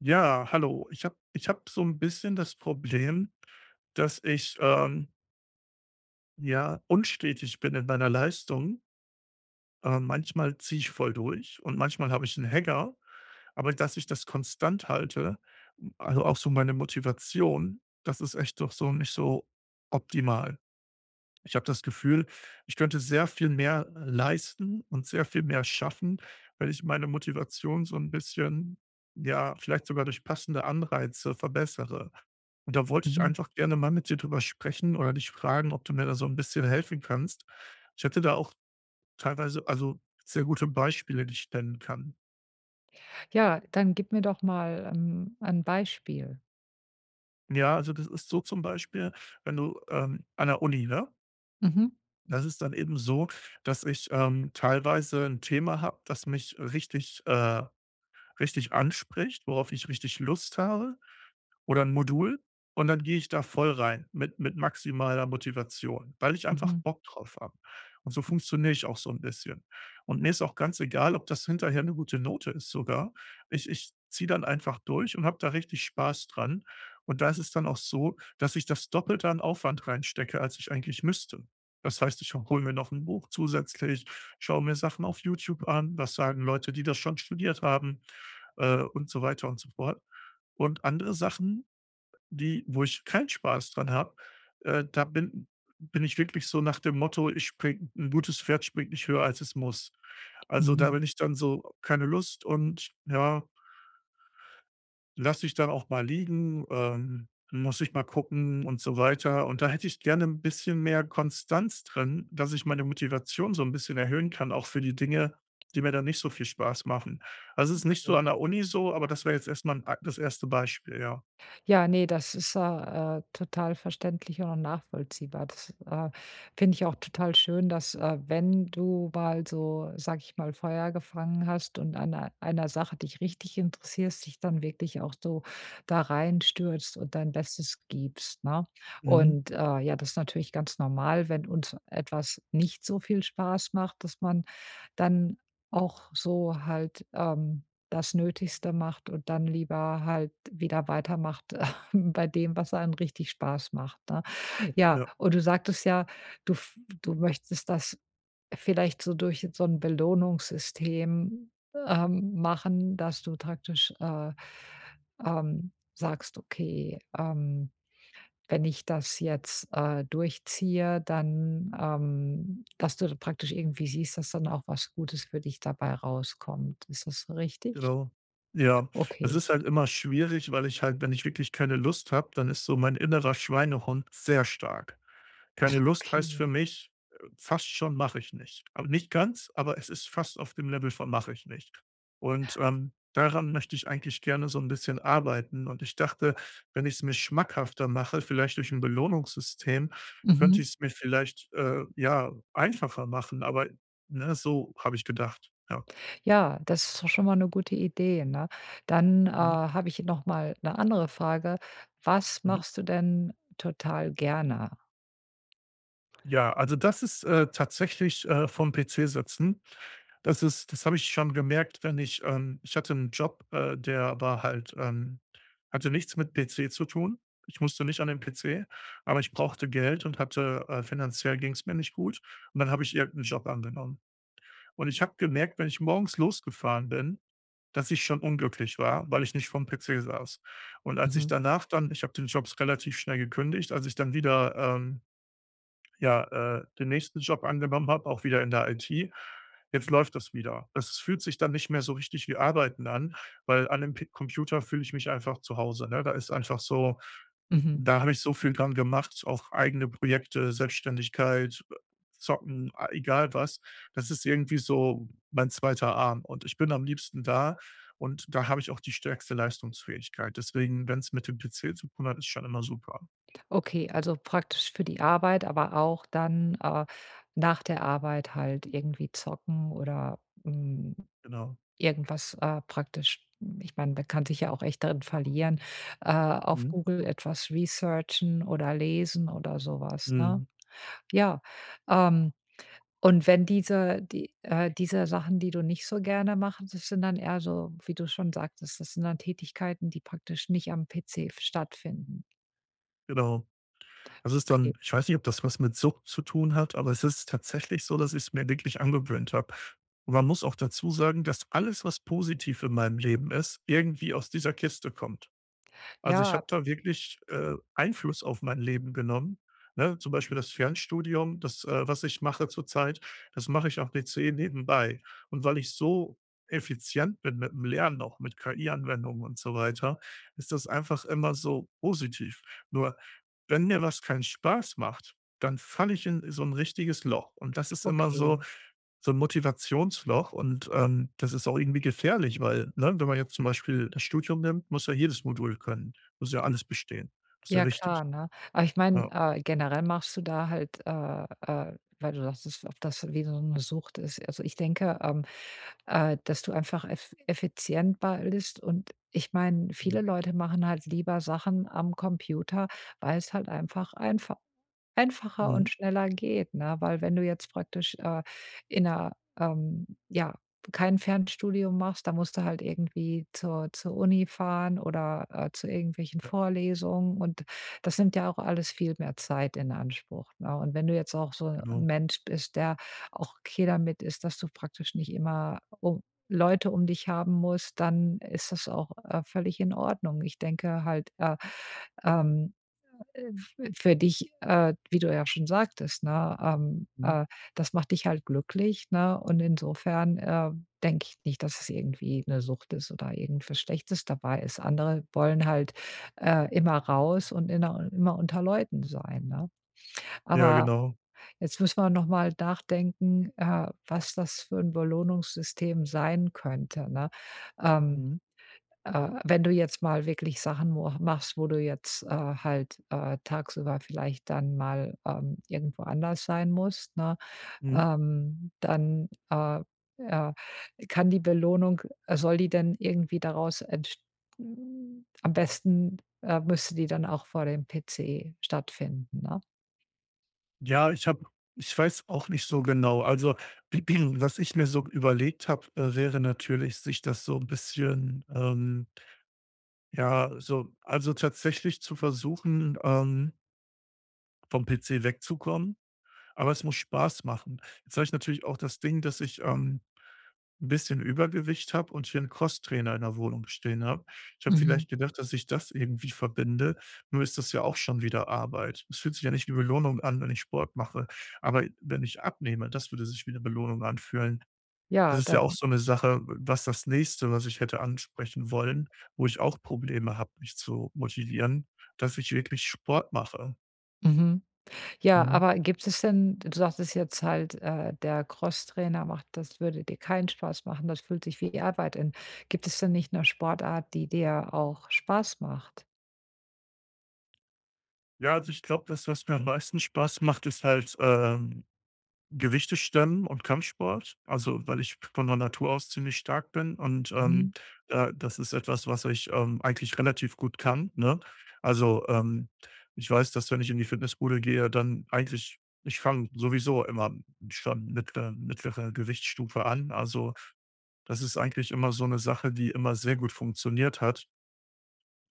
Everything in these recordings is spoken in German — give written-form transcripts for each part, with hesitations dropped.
Ja, hallo. Ich habe so ein bisschen das Problem, dass ich, ja, unstetig bin in meiner Leistung. Manchmal ziehe ich voll durch und manchmal habe ich einen Hänger, aber dass ich das konstant halte, also auch so meine Motivation, das ist echt doch so nicht so optimal. Ich habe das Gefühl, ich könnte sehr viel mehr leisten und sehr viel mehr schaffen, wenn ich meine Motivation so ein bisschen, ja, vielleicht sogar durch passende Anreize verbessere. Und da wollte ich Mhm. einfach gerne mal mit dir drüber sprechen oder dich fragen, ob du mir da so ein bisschen helfen kannst. Ich hätte da auch teilweise also sehr gute Beispiele, die ich nennen kann. Ja, dann gib mir doch mal, ein Beispiel. Ja, also, das ist so zum Beispiel, wenn du, an der Uni, ne? Mhm. Das ist dann eben so, dass ich, teilweise ein Thema habe, das mich richtig richtig anspricht, worauf ich richtig Lust habe. Oder ein Modul, und dann gehe ich da voll rein mit maximaler Motivation, weil ich einfach Mhm. Bock drauf habe. Und so funktioniere ich auch so ein bisschen. Und mir ist auch ganz egal, ob das hinterher eine gute Note ist sogar. Ich ziehe dann einfach durch und habe da richtig Spaß dran. Und da ist es dann auch so, dass ich das Doppelte an Aufwand reinstecke, als ich eigentlich müsste. Das heißt, ich hole mir noch ein Buch zusätzlich, schaue mir Sachen auf YouTube an, was sagen Leute, die das schon studiert haben, und so weiter und so fort. Und andere Sachen, die, wo ich keinen Spaß dran habe, da bin bin ich wirklich so nach dem Motto: „Ich springe ein gutes Pferd springt nicht höher, als es muss.“ Also, da Mhm. bin ich dann so: „Keine Lust“, und ja, lasse ich dann auch mal liegen, muss ich mal gucken und so weiter. Und da hätte ich gerne ein bisschen mehr Konstanz drin, dass ich meine Motivation so ein bisschen erhöhen kann, auch für die Dinge, die mir dann nicht so viel Spaß machen. Also, es ist nicht so Okay. an der Uni so, aber das wäre jetzt erst mal das erste Beispiel, ja. Ja, nee, das ist ja, total verständlich und auch nachvollziehbar. Das finde ich auch total schön, dass wenn du mal so, sag ich mal, Feuer gefangen hast und an ei einer Sache dich richtig interessierst, dich dann wirklich auch so da reinstürzt und dein Bestes gibst, ne? Mhm, Und, ja, das ist natürlich ganz normal, wenn uns etwas nicht so viel Spaß macht, dass man dann auch so halt, das Nötigste macht und dann lieber halt wieder weitermacht bei dem, was einem richtig Spaß macht, ne? Ja, ja. und du sagtest ja, du f du möchtest das vielleicht so durch so ein Belohnungssystem, machen, dass du praktisch, sagst: „Okay“ wenn ich das jetzt, durchziehe, dann, dass du praktisch irgendwie siehst, dass dann auch was Gutes für dich dabei rauskommt. Ist das so richtig? Genau. Ja, es Okay. ist halt immer schwierig, weil ich halt, wenn ich wirklich keine Lust habe, dann ist so mein innerer Schweinehund sehr stark. Keine Lust heißt für Okay. mich, fast schon mache ich nicht. Aber nicht ganz, aber es ist fast auf dem Level von mache ich nicht. Und, daran möchte ich eigentlich gerne so ein bisschen arbeiten und ich dachte, wenn ich es mir schmackhafter mache, vielleicht durch ein Belohnungssystem, könnte Mhm. ich es mir vielleicht, ja, einfacher machen, aber, ne, so habe ich gedacht. Ja. Ja, das ist doch schon mal eine gute Idee, ne? Dann, Mhm. habe ich noch mal eine andere Frage. Was Mhm. machst du denn total gerne? Ja, also das ist, tatsächlich, vorm PC sitzen. Das ist, das habe ich schon gemerkt, wenn ich, ich hatte einen Job, der war halt, hatte nichts mit PC zu tun. Ich musste nicht an den PC, aber ich brauchte Geld und hatte finanziell ging es mir nicht gut. Und dann habe ich irgendeinen Job angenommen. Und ich habe gemerkt, wenn ich morgens losgefahren bin, dass ich schon unglücklich war, weil ich nicht vorm PC saß. Und als ich Mhm, danach dann, ich habe den Jobs relativ schnell gekündigt, als ich dann wieder, ja, den nächsten Job angenommen habe, auch wieder in der IT. Jetzt läuft das wieder. Es fühlt sich dann nicht mehr so richtig wie Arbeiten an, weil an dem P Computer fühle ich mich einfach zu Hause, ne? Da ist einfach so, mhm. da habe ich so viel dran gemacht, auch eigene Projekte, Selbstständigkeit, Zocken, a egal was. Das ist irgendwie so mein zweiter Arm und ich bin am liebsten da, und da habe ich auch die stärkste Leistungsfähigkeit. Deswegen, wenn es mit dem PC zu tun hat, ist schon immer super. Okay, also praktisch für die Arbeit, aber auch dann, nach der Arbeit halt irgendwie zocken oder, hm Genau. irgendwas, praktisch ich meine, man kann sich ja auch echt darin verlieren, auf Mhm. Google etwas researchen oder lesen oder sowas, ne? Mhm. Ja, ähm, und wenn diese Sachen, die du nicht so gerne machst, das sind dann eher so, wie du schon sagtest, das sind dann Tätigkeiten, die praktisch nicht am PC f stattfinden. Genau. Das ist dann, Okay. ich weiß nicht, ob das was mit Sucht zu tun hat, aber es ist tatsächlich so, dass ich es mir wirklich angewöhnt habe. Und man muss auch dazu sagen, dass alles, was positiv in meinem Leben ist, irgendwie aus dieser Kiste kommt. Also, ich Ja, habe da wirklich, Einfluss auf mein Leben genommen, ne? Zum Beispiel das Fernstudium, das, was ich mache zurzeit, das mache ich am PC nebenbei. Und weil ich so effizient bin mit dem Lernen, auch mit KI-Anwendungen und so weiter, ist das einfach immer so positiv. Nur, wenn mir was keinen Spaß macht, dann falle ich in so ein richtiges Loch. Und das ist immer so, okay. so ein Motivationsloch, und, das ist auch irgendwie gefährlich, weil, ne, wenn man jetzt zum Beispiel das Studium nimmt, muss ja jedes Modul können, muss ja alles bestehen. Ist ja Ja wichtig. klar, ne? Aber ich meine, Ja. Generell machst du da halt, weil du sagtest, ob das wie so eine Sucht ist. Also, ich denke, dass du einfach effizient bist und ich meine, viele Mhm. Leute machen halt lieber Sachen am Computer, weil es halt einfacher Mhm. und schneller geht, ne? Weil wenn du jetzt praktisch, in einer ja, kein Fernstudium machst, da musst du halt irgendwie zur Uni fahren oder, zu irgendwelchen Ja, Vorlesungen und das nimmt ja auch alles viel mehr Zeit in Anspruch, ne? Und wenn du jetzt auch so ein genau. Mensch bist, der auch okay damit ist, dass du praktisch nicht immer um Leute um dich haben musst, dann ist das auch, völlig in Ordnung. Ich denke halt, ähm äh, f für dich, wie du ja schon sagtest, ne, Mhm. Das macht dich halt glücklich, ne? Und insofern, denke ich nicht, dass es irgendwie eine Sucht ist oder irgendwas Schlechtes dabei ist. Andere wollen halt, immer raus und inner immer unter Leuten sein, ne? Ja, Aber genau. jetzt müssen wir noch mal nachdenken, was das für ein Belohnungssystem sein könnte, ne? Ähm Mhm. äh, wenn du jetzt mal wirklich Sachen mo machst, wo du jetzt, halt, tagsüber vielleicht dann mal, irgendwo anders sein musst, ne, Mhm. Dann, äh, kann die Belohnung soll die denn irgendwie daraus am besten, müsste die dann auch vor dem PC stattfinden, ne? Ja, ich habe Ich weiß auch nicht so genau. Also, was ich mir so überlegt habe, wäre natürlich, sich das so ein bisschen, ja, so, also tatsächlich zu versuchen, vom PC wegzukommen. Aber es muss Spaß machen. Jetzt habe ich natürlich auch das Ding, dass ich, 'n bisschen Übergewicht habe und hier einen Crosstrainer in der Wohnung stehen habe. Ich habe Mhm. vielleicht gedacht, dass ich das irgendwie verbinde, nur ist das ja auch schon wieder Arbeit. Es fühlt sich ja nicht wie Belohnung an, wenn ich Sport mache, aber wenn ich abnehme, das würde sich wie eine Belohnung anfühlen. Das Ja, ist ja auch dann, so eine Sache, was das Nächste, was ich hätte ansprechen wollen, wo ich auch Probleme habe, mich zu motivieren, dass ich wirklich Sport mache. mhm. Ja, Mhm. aber gibt es denn du sagtest jetzt halt, der Crosstrainer macht das würde dir keinen Spaß machen, das fühlt sich wie Arbeit an. Gibt es denn nicht eine Sportart, die dir auch Spaß macht? Ja, also ich glaube, das, was mir am meisten Spaß macht, ist halt, Gewichte stemmen und Kampfsport. Also, weil ich von der Natur aus ziemlich stark bin und, Mhm, da das ist etwas, was ich, eigentlich relativ gut kann, ne? Also, ich weiß, dass, wenn ich in die Fitnessbude gehe, dann eigentlich, ich fange sowieso immer schon mit der mittlere Gewichtsstufe an. Also, das ist eigentlich immer so eine Sache, die immer sehr gut funktioniert hat,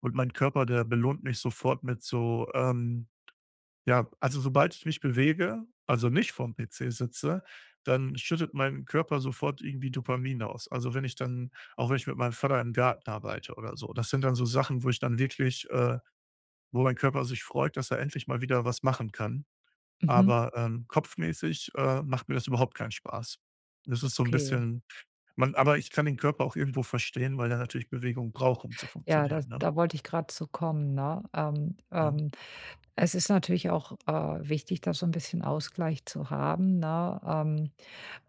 und mein Körper, der belohnt mich sofort mit so, ja, also sobald ich mich bewege, also nicht vorm PC sitze, dann schüttet mein Körper sofort irgendwie Dopamin aus. Also wenn ich dann, auch wenn ich mit meinem Vater im Garten arbeite oder so, das sind dann so Sachen, wo ich dann wirklich wo mein Körper sich freut, dass er endlich mal wieder was machen kann. mhm, Aber, kopfmäßig, macht mir das überhaupt keinen Spaß. Das ist so ein okay. bisschen, man aber ich kann den Körper auch irgendwo verstehen, weil er natürlich Bewegung braucht, um zu Ja, das funktionieren, ne? da wollte ich gerade zu kommen, ne? Ähm, Ja. ähm, es ist natürlich auch, wichtig, da so ein bisschen Ausgleich zu haben, ne? Ähm,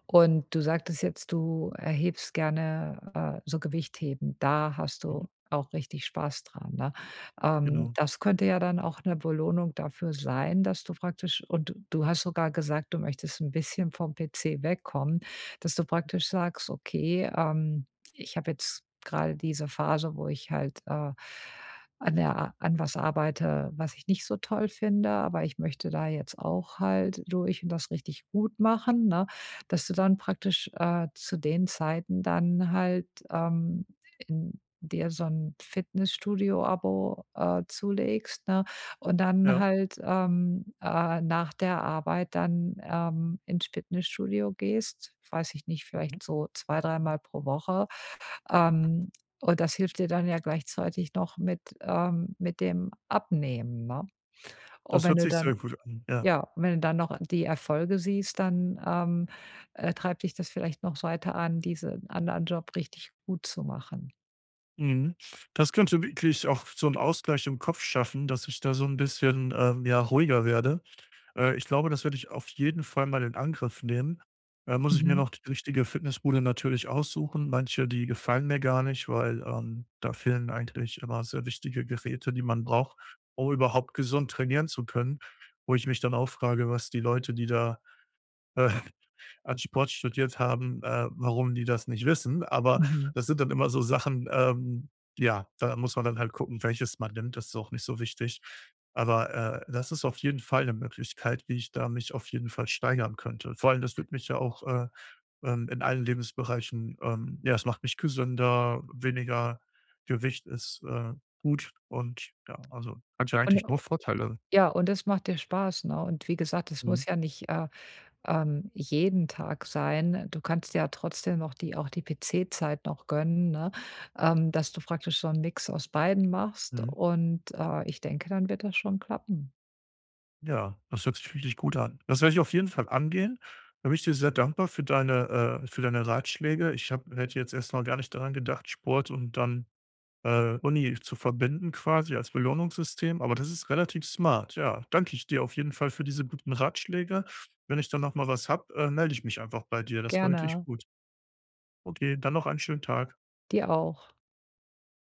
und du sagtest jetzt, du erhebst gerne, so Gewichtheben. Da hast Mhm. du auch richtig Spaß dran, ne? Ähm, Genau. das könnte ja dann auch eine Belohnung dafür sein, dass du praktisch und du hast sogar gesagt, du möchtest ein bisschen vom PC wegkommen, dass du praktisch sagst: „Okay“ ich habe jetzt gerade diese Phase, wo ich halt, an was arbeite, was ich nicht so toll finde, aber ich möchte da jetzt auch halt durch und das richtig gut machen, ne? Dass du dann praktisch, zu den Zeiten dann halt, in dir so ein Fitnessstudio-Abo, zulegst, ne? Und dann Ja, halt, nach der Arbeit dann, ins Fitnessstudio gehst, weiß ich nicht, vielleicht so zwei dreimal pro Woche ähm, und das hilft dir dann ja gleichzeitig noch mit mit dem Abnehmen, ne? Und das wenn hört du sich dann sehr gut an, ja. ja, und wenn du dann noch die Erfolge siehst, dann, treibt dich das vielleicht noch weiter an, diesen anderen Job richtig gut zu machen. Mhm. Das könnte wirklich auch so einen Ausgleich im Kopf schaffen, dass ich da so ein bisschen, ja, ruhiger werde. Ich glaube, das werde ich auf jeden Fall mal in Angriff nehmen. Da muss ich mir Mhm, noch die richtige Fitnessbude natürlich aussuchen. Manche, die gefallen mir gar nicht, weil, da fehlen eigentlich immer sehr wichtige Geräte, die man braucht, um überhaupt gesund trainieren zu können, wo ich mich dann auch frage, was die Leute, die da, äh als Sport studiert haben, warum die das nicht wissen. Aber mhm. das sind dann immer so Sachen, ja, da muss man dann halt gucken, welches man nimmt. Das ist auch nicht so wichtig. Aber das ist auf jeden Fall eine Möglichkeit, wie ich da mich auf jeden Fall steigern könnte. Vor allem, das würde mich ja auch, in allen Lebensbereichen, ja, es macht mich gesünder, weniger Gewicht ist, gut, und ja, also hat ja Und eigentlich nur Vorteile. ja, und es macht dir Spaß, ne? Und wie gesagt, es muss Mhm. ja nicht jeden Tag sein. Du kannst dir ja trotzdem noch die PC-Zeit noch gönnen, ne? Dass du praktisch so einen Mix aus beiden machst Mhm. und, ich denke, dann wird das schon klappen. Ja, das hört sich richtig gut an. Das werde ich auf jeden Fall angehen. Da bin ich dir sehr dankbar für deine Ratschläge. Hätte jetzt erst mal gar nicht daran gedacht, Sport und dann Uni zu verbinden quasi als Belohnungssystem. Aber das ist relativ smart. Ja, danke ich dir auf jeden Fall für diese guten Ratschläge. Wenn ich dann noch mal was habe, melde ich mich einfach bei dir. Das war wirklich Gerne. gut. Okay, dann noch einen schönen Tag. Dir auch.